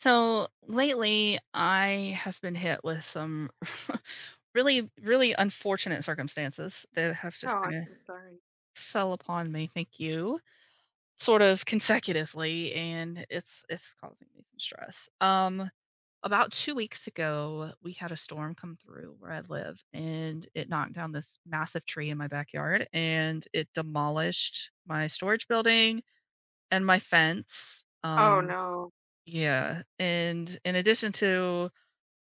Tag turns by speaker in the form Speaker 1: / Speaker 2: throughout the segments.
Speaker 1: So lately, I have been hit with some really, really unfortunate circumstances that have
Speaker 2: Oh,
Speaker 1: just
Speaker 2: I'm
Speaker 1: kind of
Speaker 2: so sorry.
Speaker 1: fell upon me. Thank you, sort of consecutively, and it's causing me some stress. About 2 weeks ago, we had a storm come through where I live, and it knocked down this massive tree in my backyard, and it demolished my storage building and my fence.
Speaker 2: Oh, no.
Speaker 1: Yeah, and in addition to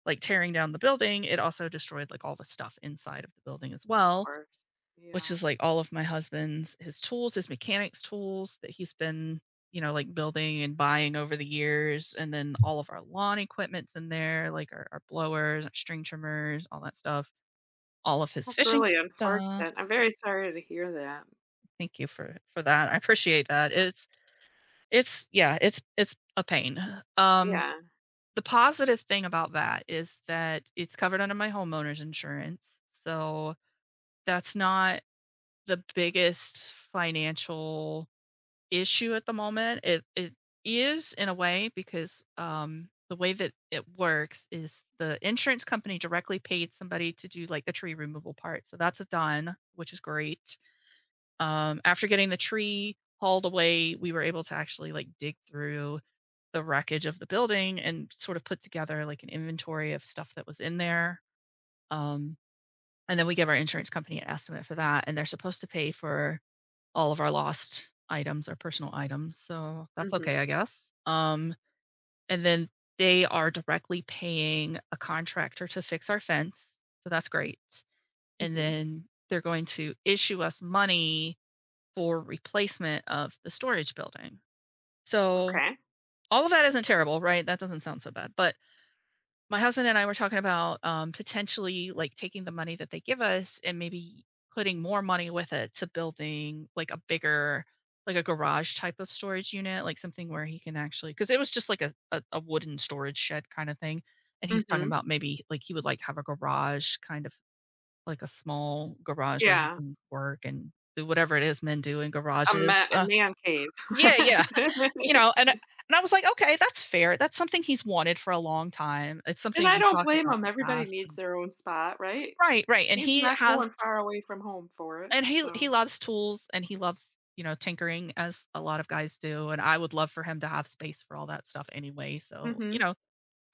Speaker 1: like tearing down the building, it also destroyed like all the stuff inside of the building as
Speaker 2: Of
Speaker 1: well,
Speaker 2: course.
Speaker 1: which
Speaker 2: Yeah.
Speaker 1: is like all of my husband's his tools, his mechanics tools that he's been, you know, like building and buying over the years. And then all of our lawn equipment's in there, like our blowers, our string trimmers, all that stuff. All of his
Speaker 2: That's
Speaker 1: fishing
Speaker 2: really
Speaker 1: stuff.
Speaker 2: unfortunate. I'm very sorry to hear that.
Speaker 1: Thank you for that. I appreciate that.
Speaker 2: Uh,
Speaker 1: It's yeah, it's a pain. Um
Speaker 2: Yeah.
Speaker 1: the positive thing about that is that it's covered under my homeowner's insurance. So that's not the biggest financial issue at the moment. It is in a way because, the way that it works is the insurance company directly paid somebody to do, like, the tree removal part, so that's done, which is great. After getting the tree hauled away, we were able to actually, like, dig through the wreckage of the building and sort of put together, like, an inventory of stuff that was in there. Um, and then we give our insurance company an estimate for that, and they're supposed to pay for all of our lost items, our personal items. So that's
Speaker 2: Mhm.
Speaker 1: okay, I guess. And then they are directly paying a contractor to fix our fence. So that's great. And
Speaker 2: Mhm.
Speaker 1: then they're going to issue us money for replacement of the storage building. So
Speaker 2: Okay.
Speaker 1: all of that isn't terrible, right? That doesn't sound so bad. But my husband and I were talking about potentially like taking the money that they give us and maybe putting more money with it to building like a bigger, like a garage type of storage unit, like something where he can actually, because it was just like a wooden storage shed kind of thing. And he's talking
Speaker 2: Mhm.
Speaker 1: about maybe like he would like to have a garage kind of like a small garage where he
Speaker 2: Yeah.
Speaker 1: can work and do whatever it is men do in
Speaker 2: A
Speaker 1: garages.
Speaker 2: ma a man cave.
Speaker 1: Yeah, yeah. You know, and I was like, "Okay, that's fair. That's something he's wanted for a long time. It's
Speaker 2: And
Speaker 1: something
Speaker 2: I
Speaker 1: we
Speaker 2: don't
Speaker 1: talked
Speaker 2: blame
Speaker 1: about
Speaker 2: him.
Speaker 1: in the
Speaker 2: Everybody
Speaker 1: past."
Speaker 2: needs
Speaker 1: And
Speaker 2: their own spot, right?
Speaker 1: right, right, and
Speaker 2: He's
Speaker 1: he
Speaker 2: not
Speaker 1: has
Speaker 2: going far away from home for it,
Speaker 1: and he
Speaker 2: so.
Speaker 1: loves tools and he loves, you know, tinkering as a lot of guys do, and I would love for him to have space for all that stuff anyway, so, you
Speaker 2: Mhm.
Speaker 1: know,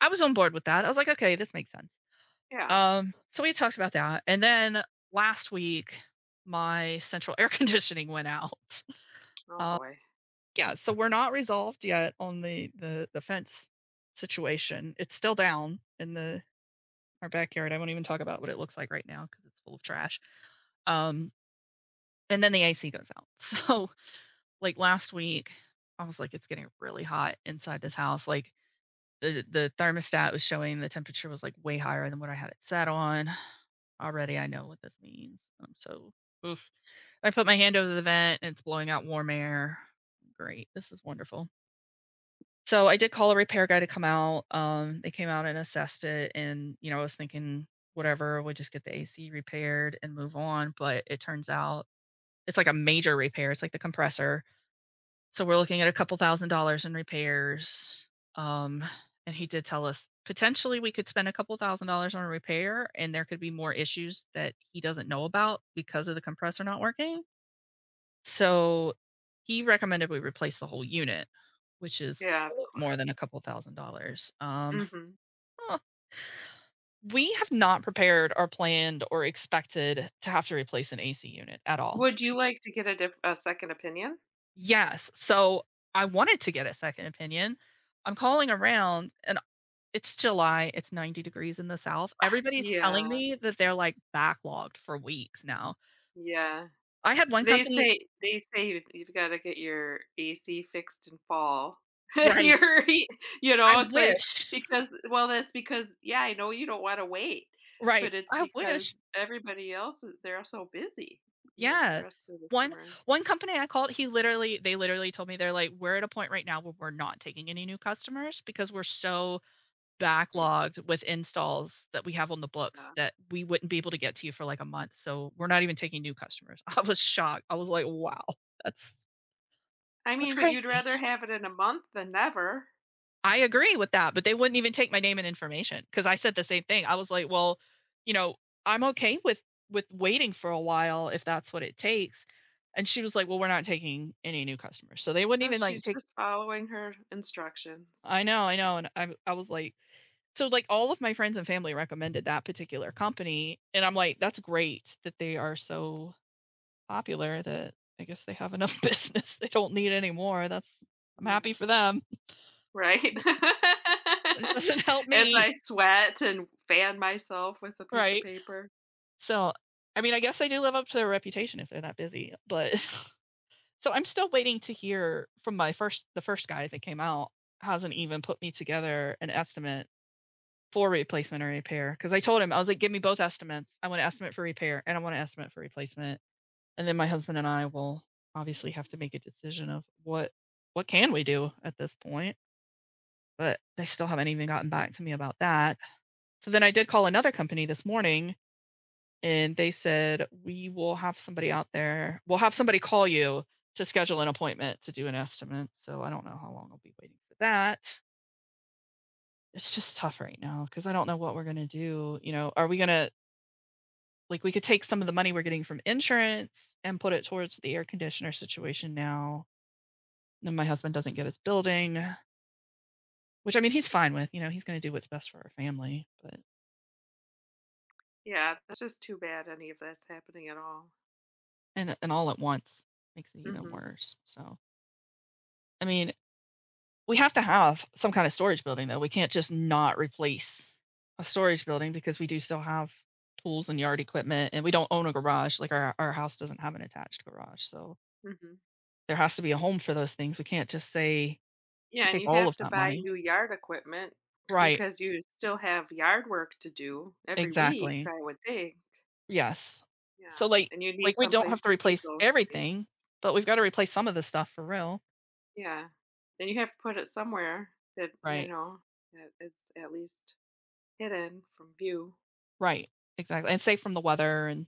Speaker 1: I was on board with that. I was like, "Okay, this makes sense."
Speaker 2: Yeah.
Speaker 1: So we talked about that, and then last week, my central air conditioning went out.
Speaker 2: Oh, boy.
Speaker 1: Yeah, so we're not resolved yet on the fence situation. It's still down in the our backyard. I won't even talk about what it looks like right now because it's full of trash. Um, and then the AC goes out. So like last week, I was like, it's getting really hot inside this house. Like the thermostat was showing the temperature was like way higher than what I had it set on. Already, I know what this means. I'm so oof. I put my hand over the vent and it's blowing out warm air. Great, this is wonderful. So I did call a repair guy to come out. They came out and assessed it, and you know, I was thinking whatever, we'll just get the AC repaired and move on. But it turns out it's like a major repair. It's like the compressor. So we're looking at a couple thousand dollars in repairs. Um, and he did tell us potentially we could spend a couple thousand dollars on a repair, and there could be more issues that he doesn't know about because of the compressor not working. So, he recommended we replace the whole unit, which is
Speaker 2: Yeah,
Speaker 1: a
Speaker 2: of
Speaker 1: Lot more than a
Speaker 2: course.
Speaker 1: couple thousand dollars.
Speaker 2: Mhm.
Speaker 1: Huh, we have not prepared or planned or expected to have to replace an AC unit at all.
Speaker 2: Would you like to get a second opinion?
Speaker 1: Yes, so I wanted to get a second opinion. I'm calling around and it's July, it's 90 degrees in the South. Everybody's telling
Speaker 2: Yeah.
Speaker 1: me that they're, like, backlogged for weeks now.
Speaker 2: Yeah.
Speaker 1: I had one
Speaker 2: They
Speaker 1: company
Speaker 2: say they say you've gotta get your AC fixed in fall. And
Speaker 1: right,
Speaker 2: you're e you
Speaker 1: I
Speaker 2: know, it's like
Speaker 1: wish.
Speaker 2: because well, that's because yeah, I know you don't wanna wait,
Speaker 1: Right,
Speaker 2: but it's
Speaker 1: I wish.
Speaker 2: because everybody else is, they're so busy in the
Speaker 1: Yeah.
Speaker 2: rest of the
Speaker 1: One
Speaker 2: summer.
Speaker 1: One company I called, he literally they literally told me they're like, "We're at a point right now where we're not taking any new customers because we're so backlogged with installs that we have on the books
Speaker 2: Yeah.
Speaker 1: that we wouldn't be able to get to you for like a month. So we're not even taking new customers." I was shocked. I was like, "Wow, that's
Speaker 2: I
Speaker 1: that's
Speaker 2: mean, but you'd
Speaker 1: crazy."
Speaker 2: rather have it in a month than never.
Speaker 1: I agree with that, but they wouldn't even take my name and information because I said the same thing. I was like, well, you know, I'm okay with waiting for a while if that's what it takes. And she was like, well, we're not taking any new customers. So they wouldn't
Speaker 2: No,
Speaker 1: even like
Speaker 2: she's
Speaker 1: take
Speaker 2: just following her instructions.
Speaker 1: I know, I know. And I was like, so like all of my friends and family recommended that particular company and I'm like, that's great that they are so popular that I guess they have enough business. They don't need any more. That's I'm happy
Speaker 2: Yeah.
Speaker 1: for them.
Speaker 2: Right?
Speaker 1: It doesn't help
Speaker 2: As
Speaker 1: me,
Speaker 2: I sweat and fan myself with a piece of
Speaker 1: right?
Speaker 2: paper.
Speaker 1: So, I mean, I guess they do live up to their reputation if they're that busy, but so I'm still waiting to hear from my first the first guy that came out hasn't even put me together an estimate for replacement or repair because I told him I was like, give me both estimates. I want an estimate for repair and I want an estimate for replacement, and then my husband and I will obviously have to make a decision of what can we do at this point. But they still haven't even gotten back to me about that. So then I did call another company this morning and they said we'll have somebody call you to schedule an appointment to do an estimate, so I don't know how long I'll be waiting for that. It's just tough right now because I don't know what we're going to do. You know, are we going to like we could take some of the money we're getting from insurance and put it towards the air conditioner situation now, then my husband doesn't get his building, which I mean he's fine with, you know, he's going to do what's best for our family, but
Speaker 2: Yeah, that's just too bad any of that's happening at all.
Speaker 1: and all at once makes it even
Speaker 2: Mhm,
Speaker 1: worse. So I mean we have to have some kind of storage building, though. We can't just not replace a storage building because we do still have tools and yard equipment, and we don't own a garage. Like our house doesn't have an attached garage, so
Speaker 2: mhm.
Speaker 1: there has to be a home for those things. We can't just say
Speaker 2: Yeah, and
Speaker 1: take
Speaker 2: you
Speaker 1: all
Speaker 2: have
Speaker 1: of
Speaker 2: to
Speaker 1: that
Speaker 2: buy
Speaker 1: money.
Speaker 2: new yard equipment
Speaker 1: Right,
Speaker 2: because you still have yard work to do every week,
Speaker 1: exactly.
Speaker 2: I would think.
Speaker 1: Yes. So
Speaker 2: Yeah,
Speaker 1: like
Speaker 2: and you need
Speaker 1: we don't
Speaker 2: someplace
Speaker 1: have
Speaker 2: to
Speaker 1: to
Speaker 2: keep
Speaker 1: replace
Speaker 2: those
Speaker 1: everything,
Speaker 2: things.
Speaker 1: but we've got to replace some of the stuff for real.
Speaker 2: Yeah, and you have to put it somewhere that, you
Speaker 1: Right,
Speaker 2: know, that it's at least hidden from view.
Speaker 1: right, exactly, and safe from the weather and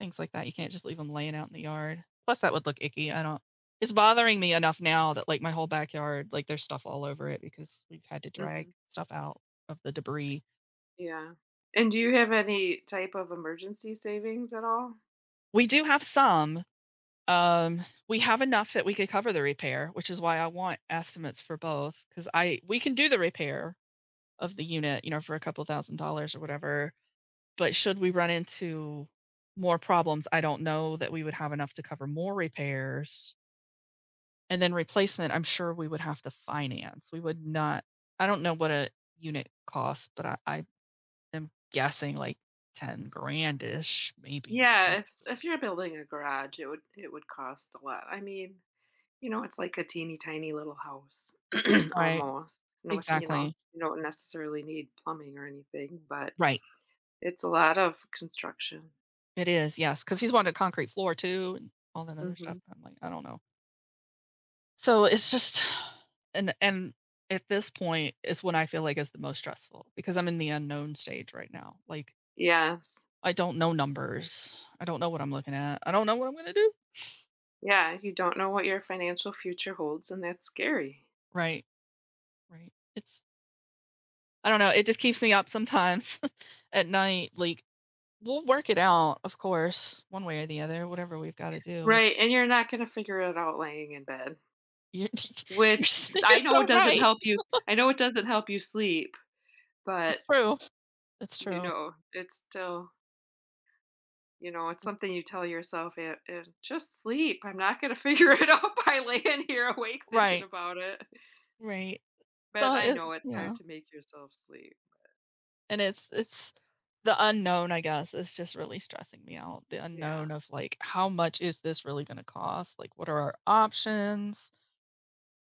Speaker 1: things like that, you can't just leave them laying out in the yard. Plus, that would look icky, I don't it's bothering me enough now that, like, my whole backyard, like, there's stuff all over it because we've had to drag
Speaker 2: Mhm,
Speaker 1: stuff out of the debris.
Speaker 2: yeah. And do you have any type of emergency savings at all?
Speaker 1: We do have some, we have enough that we could cover the repair, which is why I want estimates for both. Because I We can do the repair of the unit, you know, for a couple thousand dollars or whatever, but should we run into more problems, I don't know that we would have enough to cover more repairs. And then replacement, I'm sure we would have to finance. We would not, I don't know what a unit costs, but I am guessing like 10 grandish, maybe.
Speaker 2: Yeah,
Speaker 1: Yep.
Speaker 2: if you're building a garage, it would cost a lot. I mean, you know, it's like a teeny tiny little house
Speaker 1: Right.
Speaker 2: almost. And with, you know,
Speaker 1: Exactly.
Speaker 2: you don't necessarily need plumbing or anything, but
Speaker 1: Right.
Speaker 2: it's a lot of construction.
Speaker 1: It is. Yes. Cause he's wanted concrete floor too and all that other stuff.
Speaker 2: Mhm.
Speaker 1: I'm like, I don't know. So it's just, and at this point is when I feel like is the most stressful because I'm in the unknown stage right now. Like
Speaker 2: Yes.
Speaker 1: I don't know numbers. I don't know what I'm looking at. I don't know what I'm going to do.
Speaker 2: Yeah, you don't know what your financial future holds and that's scary.
Speaker 1: Right. Right. It's, I don't know. It just keeps me up sometimes at night. Like we'll work it out, of course, one way or the other, whatever we've got to do. It,
Speaker 2: Right, and you're not going to figure it out laying in bed,
Speaker 1: you're,
Speaker 2: which
Speaker 1: you're
Speaker 2: I know it
Speaker 1: so
Speaker 2: doesn't
Speaker 1: right.
Speaker 2: help you I know it doesn't help you sleep, but
Speaker 1: It's true. It's
Speaker 2: you
Speaker 1: true.
Speaker 2: know, it's still. You know, it's something you tell yourself, "It just sleep, I'm not gonna figure it out by laying here awake thinking
Speaker 1: Right.
Speaker 2: about it."
Speaker 1: Right.
Speaker 2: But
Speaker 1: So
Speaker 2: I
Speaker 1: it,
Speaker 2: know it's
Speaker 1: yeah,
Speaker 2: hard to make yourself sleep.
Speaker 1: and it's the unknown. I guess is just really stressing me out. The
Speaker 2: Yeah.
Speaker 1: unknown of like how much is this really going to cost? Like what are our options?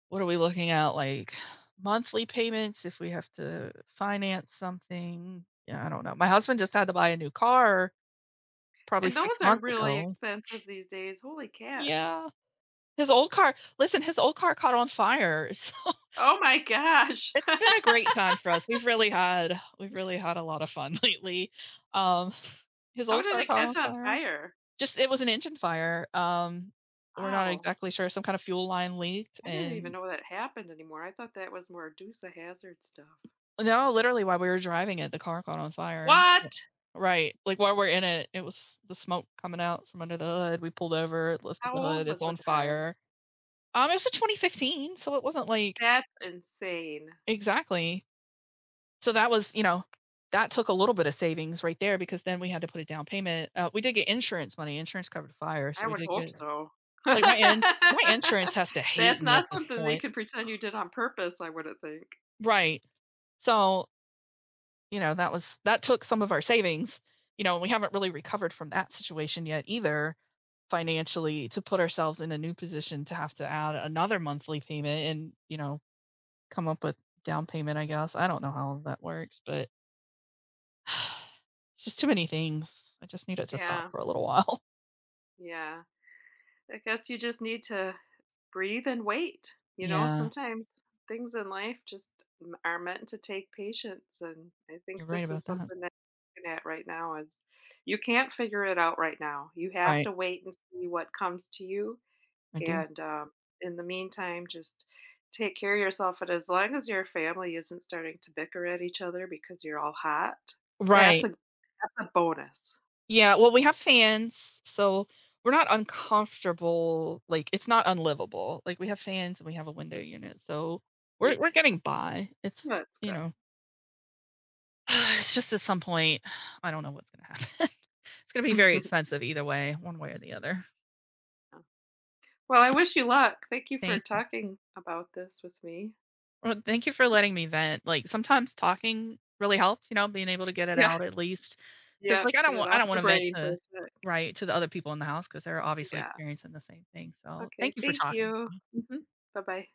Speaker 1: What are we looking at, like, monthly payments if we have to finance something? Yeah, I don't know. My husband just had to buy a new car probably
Speaker 2: And
Speaker 1: 6
Speaker 2: those are
Speaker 1: months
Speaker 2: really
Speaker 1: ago.
Speaker 2: expensive these days. Holy cats.
Speaker 1: Yeah. His old car listen, his old car caught on fire, so
Speaker 2: Oh my gosh.
Speaker 1: it's been a great time for us. We've really had a lot of fun lately. Um, his
Speaker 2: How
Speaker 1: old
Speaker 2: did
Speaker 1: car
Speaker 2: it
Speaker 1: caught on
Speaker 2: catch on
Speaker 1: fire.
Speaker 2: fire?
Speaker 1: Just it was an engine fire. We're not
Speaker 2: Wow.
Speaker 1: exactly sure, some kind of fuel line leaked,
Speaker 2: I didn't even
Speaker 1: and
Speaker 2: know that happened anymore. I thought that was more Dukes of Hazzard stuff.
Speaker 1: no, literally while we were driving it, the car caught on fire. Yeah.
Speaker 2: What?
Speaker 1: Right, like, while we're in it, it was the smoke coming out from under the hood, we pulled over, it lifted
Speaker 2: How
Speaker 1: the
Speaker 2: old
Speaker 1: hood, it's
Speaker 2: was
Speaker 1: on
Speaker 2: the car?
Speaker 1: fire. It was a 2015, so it wasn't, like
Speaker 2: That's insane.
Speaker 1: exactly. So that was you know, that took a little bit of savings right there because then we had to put a down payment, we did get insurance money, insurance covered the fire, so
Speaker 2: I
Speaker 1: we
Speaker 2: would
Speaker 1: did
Speaker 2: hope
Speaker 1: get
Speaker 2: so. That's
Speaker 1: like, my insurance has to hate me at
Speaker 2: not
Speaker 1: this
Speaker 2: something they
Speaker 1: point.
Speaker 2: could pretend you did on purpose, I wouldn't think.
Speaker 1: Right. So, you know that was that took some of our savings, you know, and we haven't really recovered from that situation yet either financially to put ourselves in a new position to have to add another monthly payment, and you know, come up with down payment. I guess I don't know how that works, but it's just too many things. I just need it to stop
Speaker 2: Yeah,
Speaker 1: for a little while.
Speaker 2: yeah. I guess you just need to breathe and wait. You know,
Speaker 1: Yeah,
Speaker 2: sometimes things in life just are meant to take patience. And I think
Speaker 1: you're right
Speaker 2: this
Speaker 1: about
Speaker 2: is
Speaker 1: that.
Speaker 2: something that I'm looking at right now is you can't figure it out right now. You have
Speaker 1: Right.
Speaker 2: to wait and see what comes to you.
Speaker 1: I do.
Speaker 2: And in the meantime, just take care of yourself. And as long as your family isn't starting to bicker at each other because you're all hot,
Speaker 1: Right.
Speaker 2: that's a bonus.
Speaker 1: Yeah, well, we have fans, so we're not uncomfortable, like, it's not unlivable. Like, we have fans and we have a window unit, so
Speaker 2: Mm.
Speaker 1: we're getting by. It's,
Speaker 2: That's
Speaker 1: you
Speaker 2: good.
Speaker 1: know, it's just at some point, I don't know what's gonna happen. It's gonna be very expensive either way, one way or the other.
Speaker 2: Yeah. Well, I wish you luck. Thank you for
Speaker 1: Thank you.
Speaker 2: talking about this with me.
Speaker 1: Well, thank you for letting me vent. Like, sometimes talking really helps, you know, being able to get it
Speaker 2: Yeah,
Speaker 1: out at least, because
Speaker 2: yeah.
Speaker 1: like,
Speaker 2: Get it
Speaker 1: I
Speaker 2: off
Speaker 1: don't
Speaker 2: your
Speaker 1: wanna vent
Speaker 2: brain for
Speaker 1: to
Speaker 2: a sec.
Speaker 1: right, to the other people in the house because 'cause they're obviously
Speaker 2: Yeah.
Speaker 1: experiencing the same thing, so thank
Speaker 2: Okay.
Speaker 1: you for
Speaker 2: Thank
Speaker 1: talking
Speaker 2: you. Hmm. Bye bye.